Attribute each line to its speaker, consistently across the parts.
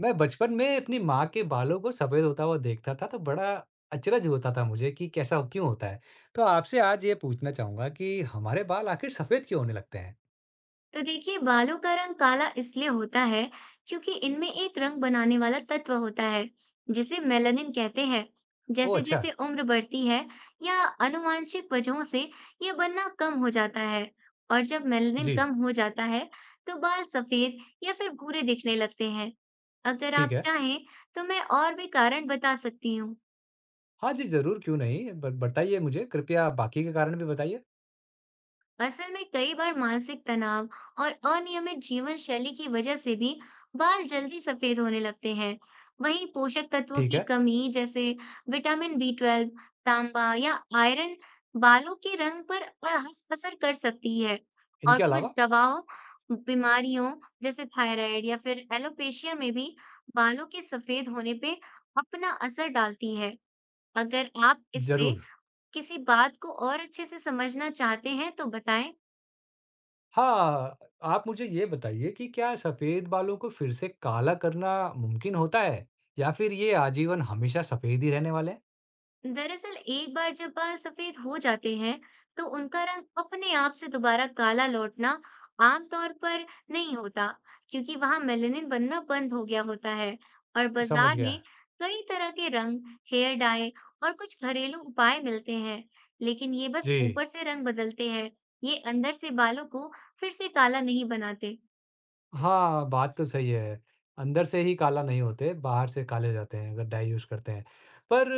Speaker 1: मैं बचपन में अपनी माँ के बालों को सफ़ेद होता हुआ देखता था, तो बड़ा अचरज होता था मुझे कि कैसा क्यों होता है? तो आपसे आज ये पूछना चाहूँगा कि हमारे बाल आखिर सफ़ेद क्यों होने लगते हैं?
Speaker 2: तो देखिए बालों का रंग काला इसलिए होता है क्योंकि इनमें एक रंग बनाने वाला तत्व होता है जिसे मेलानिन कहते हैं।
Speaker 1: ओह
Speaker 2: जैसे
Speaker 1: अच्छा,
Speaker 2: जैसे उम्र बढ़ती है या अनुवांशिक वजहों से यह बनना कम हो जाता है। और जब मेलानिन
Speaker 1: जी,
Speaker 2: कम हो जाता है तो बाल सफेद या फिर भूरे दिखने लगते हैं। अगर
Speaker 1: ठीक
Speaker 2: आप
Speaker 1: है।
Speaker 2: चाहें तो मैं और भी कारण बता सकती हूँ।
Speaker 1: हाँ जी, ज़रूर क्यों नहीं, ब बताइए मुझे कृपया बाकी के कारण भी बताइए।
Speaker 2: असल में कई बार मानसिक तनाव और अनियमित जीवन शैली की वजह से भी बाल जल्दी सफेद होने लगते हैं। वहीं पोषक तत्वों
Speaker 1: ठीक
Speaker 2: की
Speaker 1: है,
Speaker 2: कमी जैसे विटामिन B12, तांबा या आयरन बालों के रंग पर असर कर सकती है। और
Speaker 1: इनके
Speaker 2: कुछ
Speaker 1: अलावा?
Speaker 2: दवाओं, बीमारियों जैसे थायराइड या फिर एलोपेशिया में भी बालों के सफेद होने पे अपना असर डालती है। अगर आप इससे
Speaker 1: ज़रूर।
Speaker 2: किसी बात को और अच्छे से समझना चाहते हैं तो बताएं।
Speaker 1: हाँ, आप मुझे ये बताइए कि क्या सफ़ेद बालों को फिर से काला करना मुमकिन होता है या फिर ये आजीवन हमेशा सफ़ेद ही रहने वाले हैं?
Speaker 2: दरअसल एक बार जब बाल सफेद हो जाते हैं तो उनका रंग अपने आप से दोबारा काला लौटना आमतौर पर नहीं होता क्योंकि वहां मेलेनिन बनना बंद हो गया होता है। और
Speaker 1: समझ
Speaker 2: बाजार
Speaker 1: गया।
Speaker 2: में कई तरह के रंग हेयर डाई और कुछ घरेलू उपाय मिलते हैं लेकिन ये बस
Speaker 1: जी।
Speaker 2: ऊपर से रंग बदलते हैं। ये अंदर से बालों को फिर से काला नहीं बनाते।
Speaker 1: हाँ, बात तो सही है। अंदर से ही काला नहीं होते, बाहर से काले जाते हैं अगर डाई यूज़ करते हैं। पर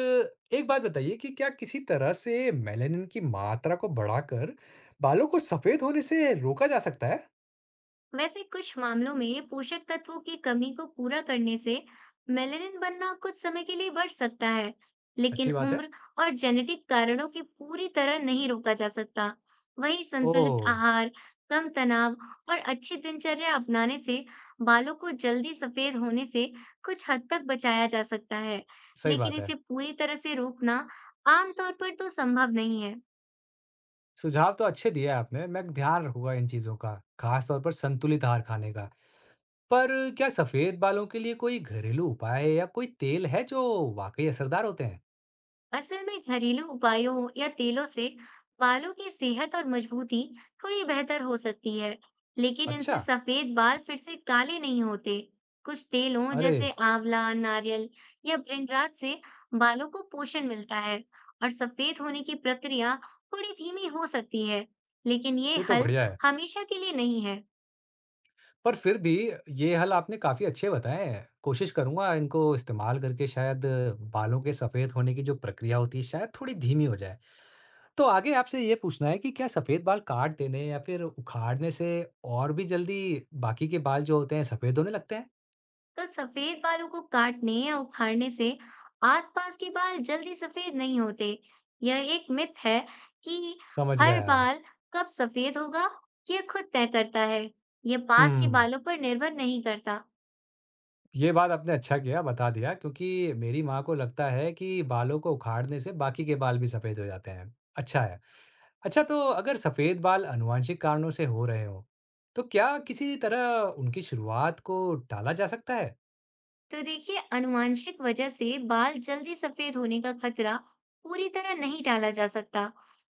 Speaker 1: एक बात बताइए कि क्या किसी तरह से मेलानिन की मात्रा को बढ़ाकर बालों को सफ़ेद होने से रोका जा सकता है?
Speaker 2: वैसे कुछ मामलों में पोषक तत्वों की कमी को पूरा करने से मेलेनिन बनना कुछ समय के लिए बढ़ सकता है, लेकिन
Speaker 1: अच्छी बात है।
Speaker 2: उम्र और जेनेटिक कारणों की पूरी तरह नहीं रोका जा सकता। वहीं संतुलित
Speaker 1: ओह!
Speaker 2: आहार, कम तनाव और अच्छी दिनचर्या अपनाने से बालों को जल्दी सफेद होने से कुछ हद तक बचाया जा सकता है,
Speaker 1: सही
Speaker 2: लेकिन
Speaker 1: बात
Speaker 2: इसे
Speaker 1: है।
Speaker 2: पूरी तरह से रोकना आमतौर पर तो संभव नहीं है।
Speaker 1: सुझाव तो अच्छे दिए आपने, मैं ध्यान रखूँगा इन चीज़ों का, खास तौर पर संतुलित आहार खाने का। पर क्या सफ़ेद बालों के लिए कोई घरेलू उपाय या कोई तेल है जो वाक़ई असरदार होते हैं?
Speaker 2: असल में घरेलू उपायों या तेलों से बालों की सेहत और मजबूती थोड़ी बेहतर हो सकती है, लेकिन इनसे
Speaker 1: अच्छा,
Speaker 2: सफेद बाल फिर से काले नहीं होते। कुछ तेलों
Speaker 1: अरे!
Speaker 2: जैसे आंवला, नारियल या भृंगराज से बालों को पोषण मिलता है और सफेद होने की प्रक्रिया थोड़ी धीमी हो सकती है, लेकिन ये
Speaker 1: ये तो
Speaker 2: हल
Speaker 1: बढ़िया है।
Speaker 2: हमेशा के लिए नहीं है।
Speaker 1: पर फिर भी ये हल आपने काफ़ी अच्छे बताए हैं। कोशिश करूँगा इनको इस्तेमाल करके शायद बालों के सफ़ेद होने की जो प्रक्रिया होती है शायद थोड़ी धीमी हो जाए। तो आगे आपसे ये पूछना है कि क्या सफ़ेद बाल काट देने या फिर उखाड़ने से और भी जल्दी बाकी के बाल जो होते हैं सफ़ेद होने लगते हैं?
Speaker 2: तो सफेद बालों को काटने या उखाड़ने से आसपास के बाल जल्दी सफेद नहीं होते। यह एक मिथ है कि
Speaker 1: समझ
Speaker 2: हर
Speaker 1: गया।
Speaker 2: बाल कब सफेद होगा, यह खुद तय करता है। यह पास के
Speaker 1: हुँ,
Speaker 2: बालों पर निर्भर नहीं करता।
Speaker 1: ये बात आपने अच्छा किया बता दिया क्योंकि मेरी माँ को लगता है कि बालों को उखाड़ने से बाकी के बाल भी सफ़ेद हो जाते हैं। अच्छा है। अच्छा तो अगर सफेद बाल आनुवंशिक कारणों से हो रहे हो, तो क्या किसी तरह उनकी शुरुआत को टाला जा सकता है?
Speaker 2: तो देखिए अनुवांशिक वजह से बाल जल्दी सफेद होने का खतरा पूरी तरह नहीं टाला जा सकता,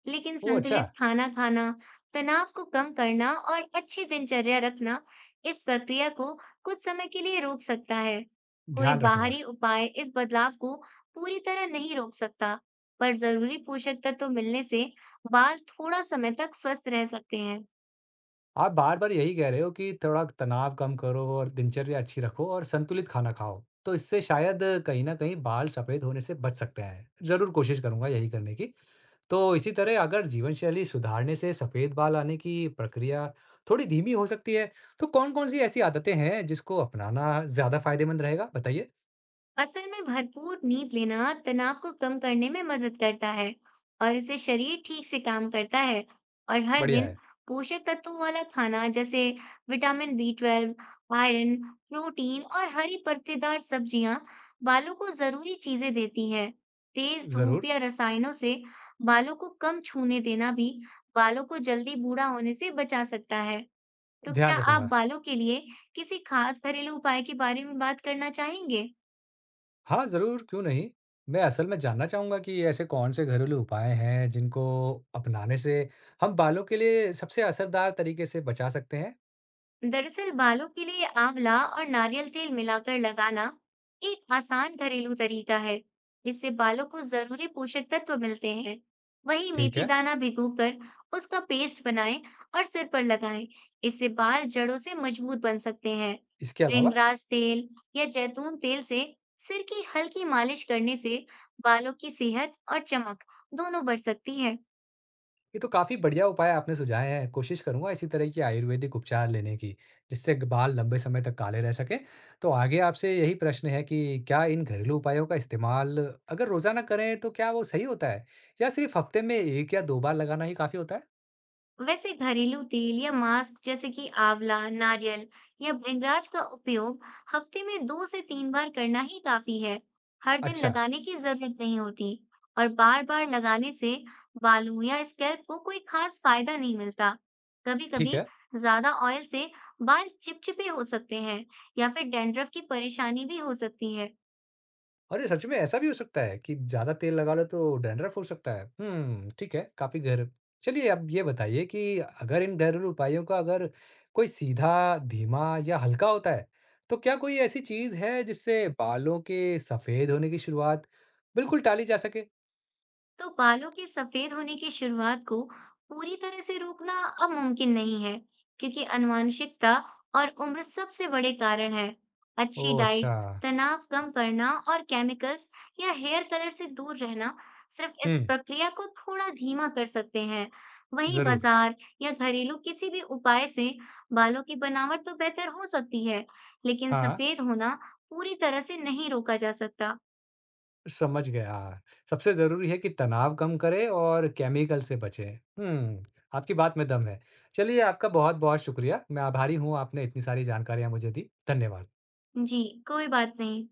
Speaker 2: लेकिन
Speaker 1: ओह अच्छा,
Speaker 2: संतुलित खाना खाना, तनाव को कम करना और अच्छी दिनचर्या रखना इस प्रक्रिया को कुछ समय के लिए रोक सकता है। कोई
Speaker 1: ध्यान रखूंगा।
Speaker 2: बाहरी उपाय इस बदलाव को पूरी तरह नहीं रोक सकता, पर जरूरी पोषक तत्व मिलने से बाल थोड़ा समय तक स्वस्थ रह सकते हैं।
Speaker 1: आप बार-बार यही कह रहे हो कि थोड़ा तनाव कम करो और दिनचर्या अच्छी रखो और संतुलित खाना खाओ। तो इससे शायद कहीं न कहीं बाल सफेद होने से बच सकते हैं। ज़रूर कोशिश करूंगा यही करने की। तो इसी तरह अगर जीवन शैली सुधारने से सफेद बाल आने की प्रक्रिया थोड़ी धीमी हो सकती है, तो कौन-कौन सी ऐसी आदतें हैं जिसको अपनाना ज़्यादा फायदेमंद रहेगा? बताइए।
Speaker 2: असल में भरपूर नींद लेना तनाव को कम करने में मदद करता है और इससे शरीर ठीक से काम करता है और हर
Speaker 1: बढ़िया
Speaker 2: दिन
Speaker 1: है।
Speaker 2: पोषक तत्वों वाला खाना जैसे विटामिन B12 आयरन प्रोटीन और हरी पत्तेदार सब्जियां बालों को जरूरी चीजें देती हैं। तेज धूप
Speaker 1: ज़रूर,
Speaker 2: या रसायनों से बालों को कम छूने देना भी बालों को जल्दी बूढ़ा होने से बचा सकता है। तो
Speaker 1: ध्यान
Speaker 2: क्या आप
Speaker 1: रखूँगा।
Speaker 2: बालों के लिए किसी खास घरेलू उपाय के बारे में बात करना चाहेंगे?
Speaker 1: हाँ, ज़रूर, क्यों नहीं? मैं असल में जानना चाहूँगा कि ऐसे कौन-से घरेलू उपाय हैं, जिनको अपनाने से हम बालों के लिए सबसे असरदार तरीके से बचा सकते हैं?
Speaker 2: दरअसल बालों के लिए आंवला और नारियल तेल मिलाकर लगाना एक आसान घरेलू तरीका है। इससे बालों को जरूरी पोषक तत्व मिलते हैं। वहीं
Speaker 1: ठीक
Speaker 2: मेथी
Speaker 1: है।
Speaker 2: दाना भिगोकर उसका पेस्ट बनाएं और सिर पर लगाएं। इससे बाल जड़ों से मजबूत बन सकते हैं।
Speaker 1: इसके अलावा,
Speaker 2: रिंगराज तेल या जैतून तेल से सिर की हल्की मालिश करने से बालों की सेहत और चमक दोनों बढ़ सकती है।
Speaker 1: ये तो काफ़ी बढ़िया उपाय आपने सुझाए हैं। कोशिश करूँगा इसी तरह की आयुर्वेदिक उपचार लेने की, जिससे ग बाल लंबे समय तक काले रह सकें। तो आगे आपसे यही प्रश्न है कि क्या इन घरेलू उपायों का इस्तेमाल अगर रोज़ाना करें, तो क्या वो सही होता है? या सिर्फ़ हफ़्ते में 1 या 2 बार लगाना ही काफ़ी होता है?
Speaker 2: वैसे घरेलू तेल या मास्क जैसे कि आंवला, नारियल या भृंगराज का उपयोग हफ्ते में 2 से 3 बार करना ही काफी है। हर दिन
Speaker 1: अच्छा,
Speaker 2: लगाने की जरूरत नहीं होती और बार-बार लगाने से बालों या स्कैल्प को कोई खास फायदा नहीं मिलता।
Speaker 1: ठीक
Speaker 2: कभी-कभी
Speaker 1: है।
Speaker 2: ज्यादा ऑयल से बाल चिपचिपे हो सकते हैं या फिर डैंड्रफ की परेशानी भी हो सकती है।
Speaker 1: अरे! सच में ऐसा भी हो सकता है कि ज़्यादा तेल लगा लो तो डैंड्रफ हो सकता है। हुँ, ठीक है, काफ़ी गहर चलिए अब ये बताइए कि अगर इन घरेलू उपायों का अगर कोई सीधा, धीमा या हल्का होता है, तो क्या कोई ऐसी चीज़ है जिससे बालों के सफ़ेद होने की शुरुआत बिल्कुल टाली जा सके?
Speaker 2: तो बालों के सफेद होने की शुरुआत को पूरी तरह से रोकना अब मुमकिन नहीं है, क्योंकि आनुवंशिकता और उम्र सबसे बड़े कारण है। अच्छी
Speaker 1: ओह!
Speaker 2: डाइट,
Speaker 1: अच्छा।
Speaker 2: तनाव कम करना और केमिकल्स या हेयर कलर से दूर रहना सिर्फ इस
Speaker 1: हुँ,
Speaker 2: प्रक्रिया को थोड़ा धीमा कर सकते हैं। वहीं
Speaker 1: ज़रूर।
Speaker 2: बाजार या घरेलू किसी भी उपाय से बालों की बनावट तो बेहतर हो सकती है, लेकिन
Speaker 1: हाँ।
Speaker 2: सफेद होना पूरी तरह से नहीं रोका जा सकता।
Speaker 1: समझ गया। सबसे ज़रूरी है कि तनाव कम करें और केमिकल से बचें। हुँ, आपकी बात में दम है। चलिए, आपका बहुत-बहुत शुक्रिया। मैं आभारी हूँ आपने इतनी सारी जानकारियाँ मुझे दी। धन्यवाद।
Speaker 2: जी, कोई बात नहीं।